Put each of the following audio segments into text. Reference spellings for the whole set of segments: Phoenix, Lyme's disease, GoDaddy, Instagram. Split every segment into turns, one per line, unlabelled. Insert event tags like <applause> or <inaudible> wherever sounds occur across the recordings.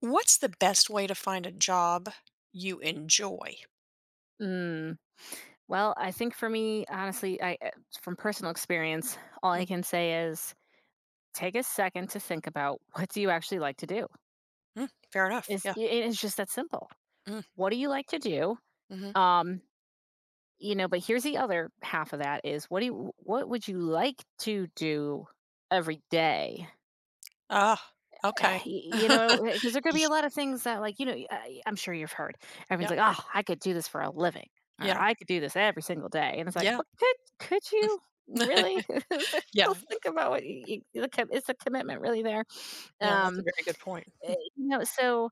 What's the best way to find a job you enjoy?
Mm. Well, I think for me, honestly, I from personal experience, all I can say is take a second to think about what do you actually like to do.
Mhm, fair enough,
Is
yeah.
it is just that simple.
Mm,
What do you like to do?
mhm.
Um, you know, but here's the other half of that is what would you like to do every day?
Ah, okay.
<sighs> You know,
<laughs>
because there could
Ye
be a lot of things that, like, you know, I'm sure you've heard. Everyone's
yeah,
like, "Oh, I could do this for a living," or
yeah,
"I could do this every single day," and it's like,
yeah.
"Well, could you really?"
<laughs>
<laughs> So,
Yeah,
think about what you, the com- is the commitment really there?
yeah, that's
Um,
a very good point.
you know, so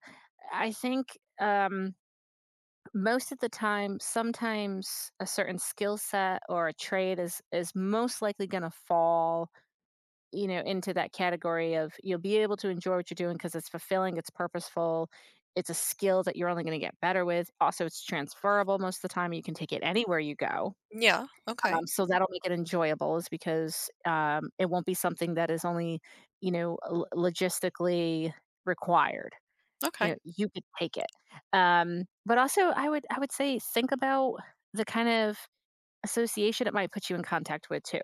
I think most of the time, sometimes a certain skill set or a trade is most likely going to fall, you know, into that category of you'll be able to enjoy what you're doing because it's fulfilling, it's purposeful, it's a skill that you're only going to get better with. Also, it's transferable most of the time. You can take it anywhere you go.
Yeah, okay,
So that'll make it enjoyable, is because it won't be something that is only, you know, logistically required. You
okay.
know, you could take it. But also, I would say think about the kind of association it might put you in contact with too.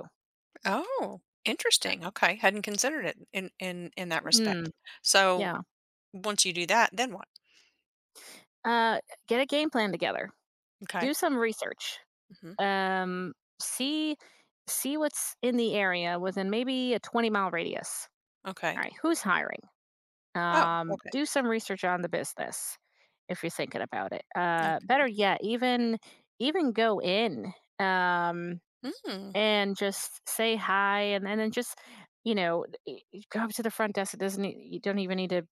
Oh,
Uh,
interesting, okay, hadn't considered it in that
Mm,
respect. So,
yeah.
once you do that, then what?
Uh, get a game plan together,
Okay,
do some research.
mhm,
Um, see see what's in the area within maybe a 20-mile radius.
okay.
All right, who's hiring?
Oh, okay,
Do some research on the business if you're thinking about it. Better
okay.
yet, even go in, um,
Mm,
and just say hi, and then just, you know, go up to the front desk. It doesn't e- You don't even need to,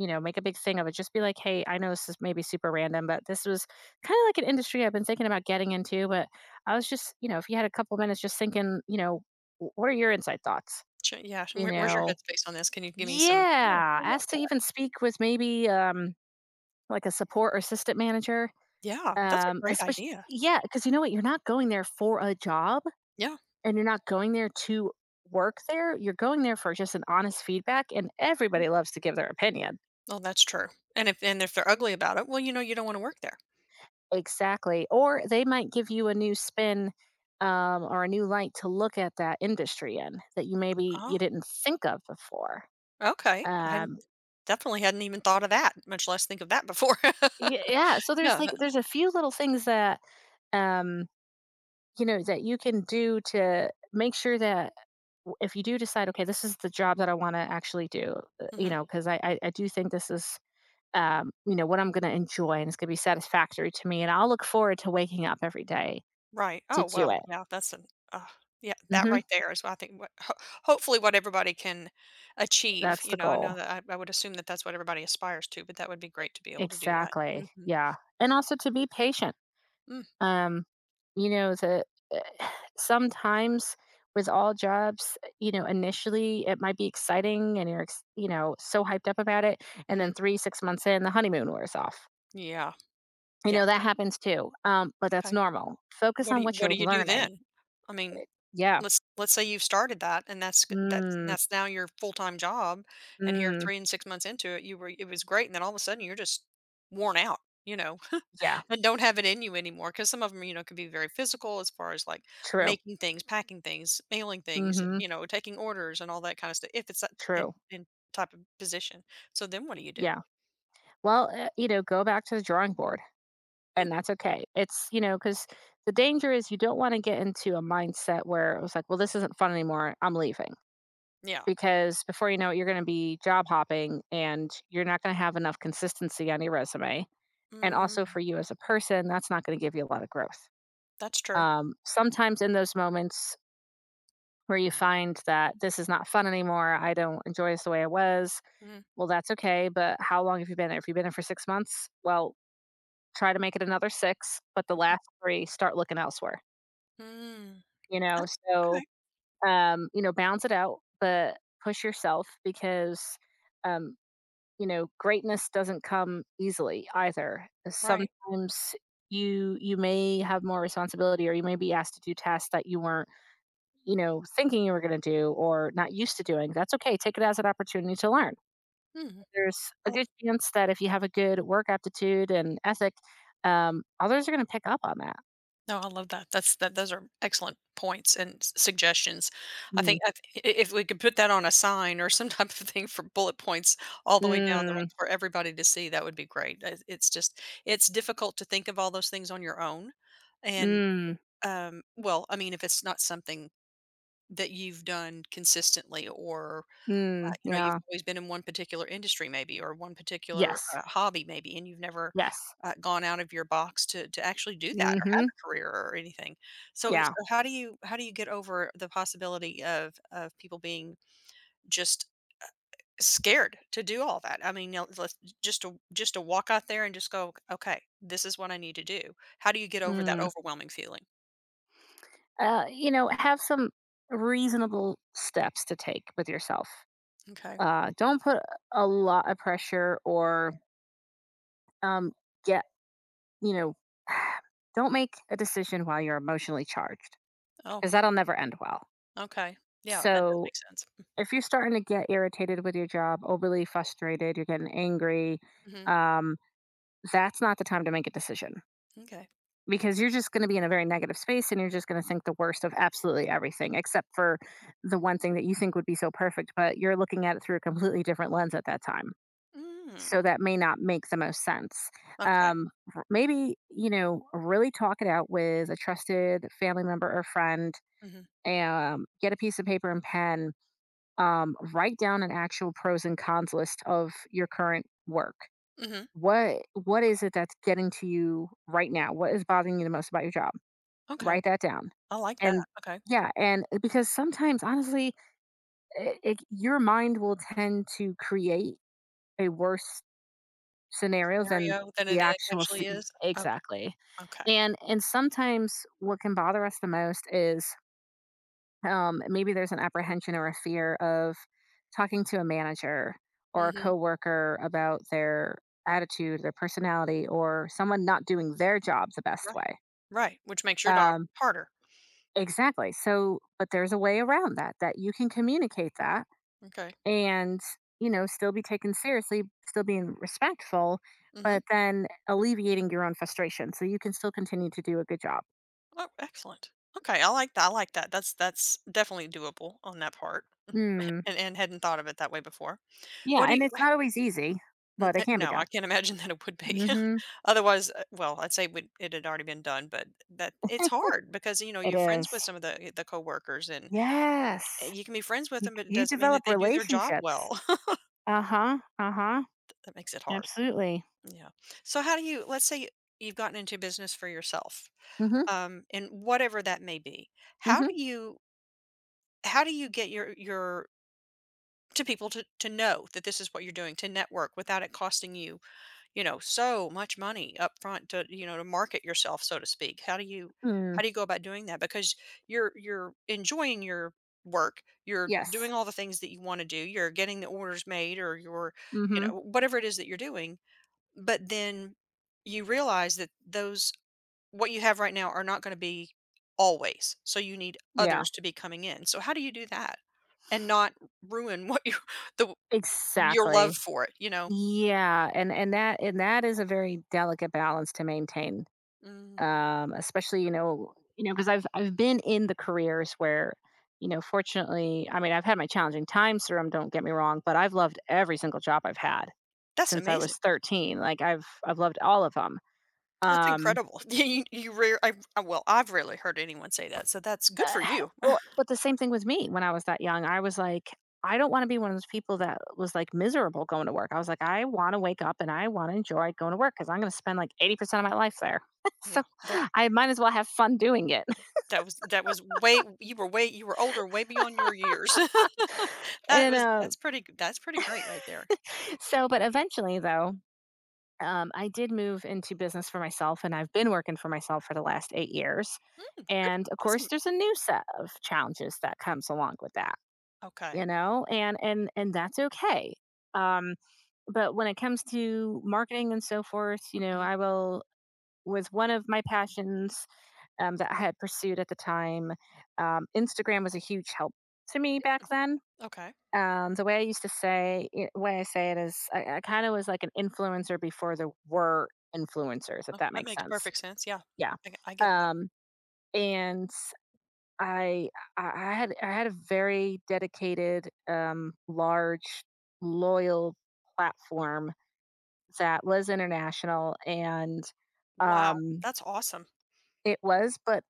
you know, make a big thing of it. Just be like, "Hey, I know this is maybe super random, but this was kinda like an industry I've been thinking about getting into, but I was just," you know, if you had a couple minutes just thinking, you know, "W What are your inside thoughts?" You
where where's your
know?
headspace on this? Can you give me some Yeah,
Yeah,
okay.
ask to even speak with maybe, like a support or assistant manager,
Yeah, that's a great
especially,
idea.
yeah, because you know what? You're not going there for a job,
Yeah.
and you're not going there to work there. You're going there for just an honest feedback, and everybody loves to give their opinion.
No, that's true. And if they're ugly about it, well, you know, you don't want to work there.
Exactly, or they might give you a new spin, or a new light to look at that industry in that you maybe you
Oh,
didn't think of before.
okay. I hadn't,
Um,
definitely hadn't even thought of that, much less think of that before.
yeah, so
<laughs>
there's
yeah.
like there's a few little things that, um, you know, that you can do to make sure that, if you do decide, okay, this is the job that I want to actually do, you
Mhm.
know, because I do think this is, you know, what I'm going to enjoy and it's going to be satisfactory to me, and I'll look forward to waking up every day
Right.
to
Oh
do
well.
it.
Yeah. That's an. Uh, yeah. That
Hmm.
right there is what I think. Hopefully what everybody can achieve.
That's the
You know, I
goal.
know that I would assume that that's what everybody aspires to, but that would be great to be able to do that.
Exactly.
Mm-hmm.
Yeah. And also to be patient.
Mm,
Um, you know, the uh, sometimes with all jobs, you know, initially it might be exciting and you know, so hyped up about it. And
mm-hmm.
then three, 6 months in, the honeymoon wears off.
Yeah.
You
Yeah.
know, that happens too. But that's
Okay.
normal. Focus on what
What
you're
do you do
learning.
then? I mean,
eh, Yeah.
let's say you've started that and that's g
Mm,
that's now your full-time job, and here
mm,
3 and 6 months into it, you were it was great, and then all of a sudden, you're just worn out, you know,
yeah.
<laughs> and don't have it in you anymore. Because some of them, you know, can be very physical as far as, like,
True.
making things, packing things, mailing things,
Mm-hmm.
you know, taking orders and all that kinda stuff. If it's that
True.
in type of position. So then what do you do?
Yeah. Well, you know, go back to the drawing board,
Hmm,
and that's okay. It's, you know, because the danger is you don't want to get into a mindset where it was like, well, this isn't fun anymore. I'm leaving.
yeah.
Because before you know it, you're going to be job hopping and you're not going to have enough consistency on your resume. And also
Mm,
for you as a person, that's not going to give you a lot of growth.
that's true.
Sometimes in those moments where you find that this is not fun anymore, I don't enjoy this the way I was,
Mm,
well, that's okay. But how long have you been there? If you've been there for 6 months, well, try to make it another six, but the last three, start looking elsewhere.
mm.
You know,
That's
so,
okay.
you know, balance it out, but push yourself because, um, you know, greatness doesn't come easily either.
Right.
Sometimes you may have more responsibility or you may be asked to do tasks that you weren't, you know, thinking you were gonna do or not used to doing. That's okay. Take it as an opportunity to learn.
Mhm.
There's a good chance that if you have a good work aptitude and ethic, others are gonna pick up on that.
No, I love that. That's that those are excellent points and s suggestions. I
Mm.
think I th I if we could put that on a sign or <laughs> some type of thing for bullet points all the way down the
Mm,
road for everybody to see, that would be great. It it's just it's difficult to think of all those things on your own, and,
mm,
well, I mean, if it's not something that you've done consistently or you know, you've
yeah.
always been in one particular industry maybe or one particular,
Yes.
hobby maybe, and you've never,
Yes.
gone out of your box to actually do that or have
Mhm.
a career or anything. So so
Yeah.
how do you get over the possibility of people being just scared to do all that? I mean, now let's just to walk out there and just go, "Okay, this is what I need to do." How do you get over that
Mm.
overwhelming feeling?
You know, have some reasonable steps to take with yourself.
Okay.
Don't put a lot of pressure or, um, get, you know, <sighs> don't make a decision while you're emotionally charged
Oh,
because that'll never end well.
okay. Yeah, that does
So
make sense.
if you're starting to get irritated with your job, overly frustrated, you're getting angry,
Mhm.
um, that's not the time to make a decision.
Okay.
Because you're just gonna be in a very negative space and you're just gonna think the worst of absolutely everything, except for the one thing that you think would be so perfect, but you're looking at it through a completely different lens at that time.
Mm.
So that may not make the most sense.
Okay.
Um, maybe, you know, really talk it out with a trusted family member or friend.
Mhm.
Get a piece of paper and pen. Write down an actual pros and cons list of your current work.
Mhm.
What is it that's getting to you right now? What is bothering you the most about your job?
Okay.
Write that down.
I like that.
And
Okay.
yeah, because sometimes honestly, your mind will tend to create a worse scenario than
Scenario than it ac actually is. Okay,
exactly.
okay.
And sometimes what can bother us the most is, maybe there's an apprehension or a fear of talking to a manager or a
Mhm.
coworker about their attitude, their personality, or someone not doing their job the best
Right,
way.
right, which makes your job
Um,
harder.
Exactly. So, but there's a way around that, that you can communicate that
Okay.
and, you know, still be taken seriously, still being respectful,
Mhm.
but then alleviating your own frustration so you can still continue to do a good job.
Oh, excellent. Okay, I like that, I like that. That's definitely doable on that part,
Mm.
<laughs> and hadn't thought of it that way before.
Yeah.
What do
And
you
it's
wha
not always easy,
n
but it
eh,
can be
No,
done.
I can't <laughs> imagine that it would be. <laughs>
Hmm.
Otherwise, well, I'd say would it had already been done, but that it's hard because,
<laughs>
you know,
It
you're friends
is.
with some of the coworkers, and, eh,
Yes.
you can be friends with
You,
them, but it
you
doesn't mean that
develop
they do their job
relationships.
well. <laughs>
Uh huh. Uh huh.
That makes it hard.
Absolutely.
Yeah. So how do you let's say you've gotten into business for yourself,
Mm hmm.
and whatever that may be.
Mm
How
hmm.
do you how do you get your to people to know that this is what you're doing to network without it costing you, you know, so much money up front to, you know, to market yourself, so to speak.
Mm.
How do you go about doing that? Because you're enjoying your work, you're
Yes.
doing all the things that you want to do, you're getting the orders made or you're,
Mm
you
hmm.
know, whatever it is that you're doing but then you realize that those what you have right now are not gonna be always, so you need
Yeah.
others to be coming in. So how do you do that and not ruin what you <laughs> the your love
Exactly.
for it, you know?
Yeah, and that is a very delicate balance to maintain.
Mm,
Especially, you know, because I've been in the careers where, you know, fortunately, I mean, I've had my challenging times through 'em, don't get me wrong, but I've loved every single job I've had
that's
since I was
amazing.
13. Like I've loved all of them.
That's incredible. <laughs> you rare I Well, I've rarely heard anyone say that, so that's good
Uh,
for
<sighs>
you. <laughs>
well, but the same thing with me when I was that young. I was like, I don't want to be one of those people that was like miserable going to work. I was like, I want to wake up and I want to enjoy going to work because I'm going to spend like 80% of my life there. <laughs> So
Yeah,
I might as well have fun doing it. <laughs>
that was way you were older, way beyond your years. <laughs>
And uh,
That's pretty g that's pretty great right there.
but eventually though, I did move into business for myself and I've been working for myself for the last 8 years.
Mm, good
And of
that's m
course, there's a new set of challenges that comes along with that, you
okay.
know, and that's okay. Um, But when it comes to marketing and so forth, you know, I will was one of my passions, that I had pursued at the time. Instagram was a huge help to me back then.
Okay.
The way I used to say, I- way I say it is, I kind of was like an influencer before there were influencers, if
Oh,
that
that
makes
makes
sense.
perfect sense. Yeah.
Yeah.
I get that.
Um, and I, I had a very dedicated, large, loyal platform that was international. And
Wow.
um
That's awesome.
it was but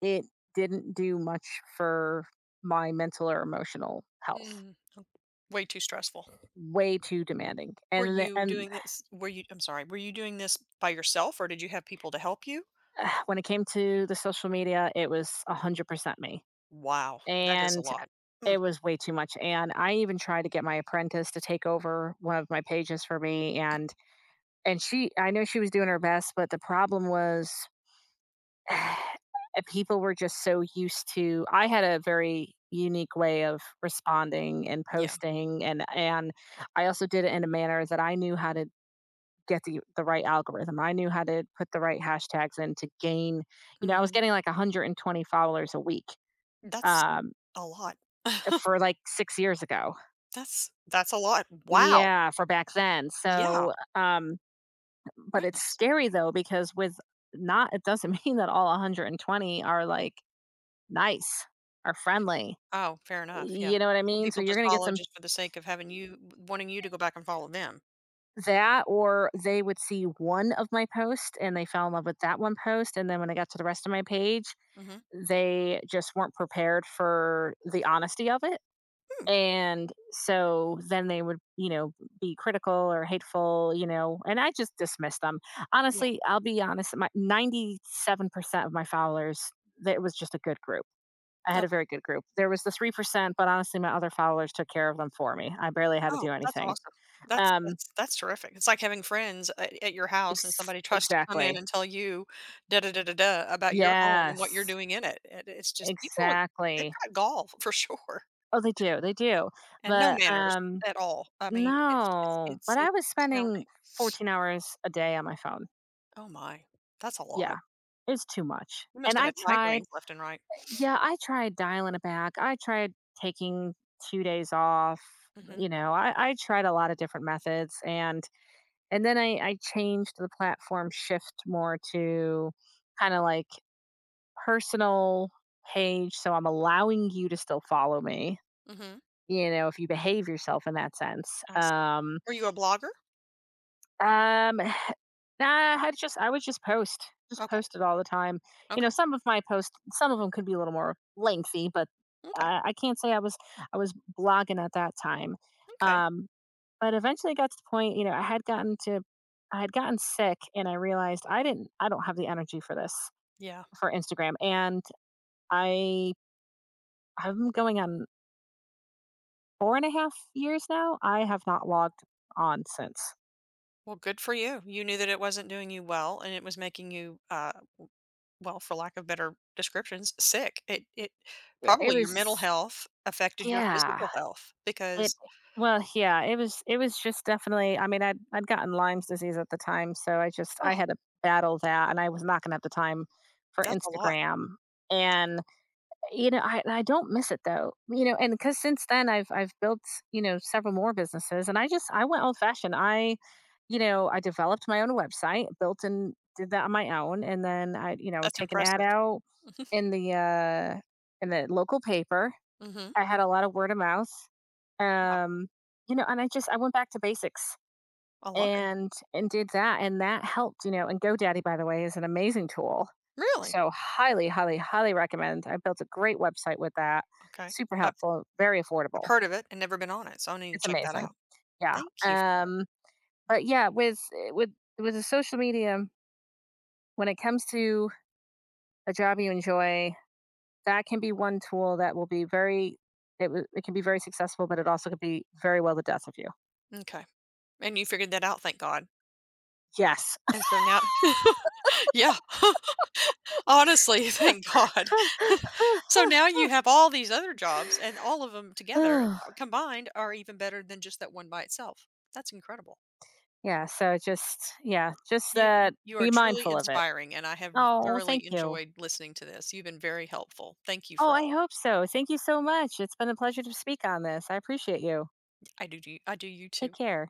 It didn't do much for my mental or emotional health.
Mm, way too stressful.
Way too demanding.
Were
And the-
you
and
doing this? I'm sorry, were you doing this by yourself or did you have people to help you?
<sighs> When it came to the social media, it was 100% me,
Wow. That is a
and
lot.
it
Mm,
was way too much. And I even tried to get my apprentice to take over one of my pages for me, and she, I know she was doing her best, but the problem was <sighs> people were just so used to — I had a very unique way of responding and
yeah.
posting, and I also did it in a manner that I knew how to get the right algorithm. I knew how to put the right hashtags in to gain, I was
Hmm.
getting like 120 followers a week
That's
um
a lot.
for
<laughs>
like 6 years ago.
That's a lot. Wow.
Yeah, for back then.
Yeah.
So, but it's
Goodness.
scary though, because with not — it doesn't <laughs> mean that all 120 are like nice or friendly.
Oh, fair enough. Yeah.
You know what I
Some
mean? So
people
you're
just
going to get
follow
some
just for the sake of having you, wanting you to go back and follow them.
that, or they would see one of my posts and they fell in love with that one post, and then when they got to the rest of my page,
Hmm.
they just weren't prepared for the honesty of it.
Hmm.
And so then they would, you know, be critical or hateful, you know, and I just dismissed them.
Yeah.
Honestly, I'll be honest, my 97% of my followers, that it was just a good group. I had a very good group. There was the 3%, but honestly, my other followers took care of them for me. I barely had to do
Oh, that's
anything.
awesome. That's
Um,
that's terrific. It's like having friends at your house and
ex
somebody tries to come
exactly.
in and tell you da da da da da about your home and
Yes,
what you're doing in it. It's just people are they've
exactly.
got gall <laughs> for sure
Oh, they do, they do.
and no
But,
manners at all. I mean,
no, but I
it's
was
astounding.
spending 14 hours a day on my phone.
Oh my, that's a
Yeah,
lot.
it's too much.
You
And
must have
I
had
tried
migraines left and right.
Yeah, I tried dialing it back. I tried taking 2 days off,
Hmm.
you know, I tried a lot of different methods, and then I changed the platform, shift more to kinda like personal page, so I'm allowing you to still follow me,
Hmm.
you know, if you behave yourself in that sense.
I see. Are you a blogger?
Um, <sighs> nah, I just — I would just
Okay.
post it all the time. You know,
Okay.
some of my posts, some of them could be a little more lengthy, but
Okay.
I can't say I was — I was blogging at that time.
Okay.
Um, but eventually it got to the point, you know, I had gotten sick, and I realized I didn't — I don't have the energy for this,
Yeah.
for Instagram. And I I'm going on four and a half years now, I have not logged on since.
Well, good for you. You knew that it wasn't doing you well, and it was making you well, for lack of better descriptions, sick. It
Yeah, it
probably your
was —
mental health affected your
yeah,
physical health
it
because
well, yeah, it was — it was just definitely, I mean, I'd gotten Lyme's disease at the time, so I just,
oh,
I had to battle that, and I was not gonna have the time for
that's a lot.
Instagram. And you know, I don't miss it though, you know, and because since then I've built, you know, several more businesses, and I just, I went old fashioned. I, you know, I developed my own website, built and did that on my own, and then I, you know, would
That's
take an ad
impressive.
out
Mhm,
in the uh in the local paper.
mhm.
I had a lot of word of mouth.
Wow,
Um, you know, and I just, I went back to basics.
I love it.
And did that, and that helped, you know. And GoDaddy, by the way, is an amazing tool.
Really?
So highly, highly, highly recommend. I built a great website with that.
Okay.
Super
I
helpful, very
I've
affordable.
heard of it and never been on it, so I need to
It's
check that
amazing.
out.
Yeah.
Thank you for that.
But yeah, with with the social media, when it comes to a job you enjoy, that can be one tool that will be very — it can be very successful, but it also could be very well the death of you.
Okay. And you figured that out, thank God.
Yes.
And so now <laughs> Yeah. <laughs> Honestly, <laughs> thank God. <laughs> So now you have all these other jobs, and all of them together,
<laughs> <sighs>
combined, are even better than just that one by itself. That's incredible.
Yeah, so just — yeah, just that,
You are
be
truly
mindful of it.
inspiring, and I have
Oh, thank
thoroughly
you.
enjoyed listening to this. You've been very helpful. Thank you
Oh,
for
I
all of it.
hope so. Thank you so much. It's been a pleasure to speak on this. I appreciate you.
I do you. I do you
Take
too.
care.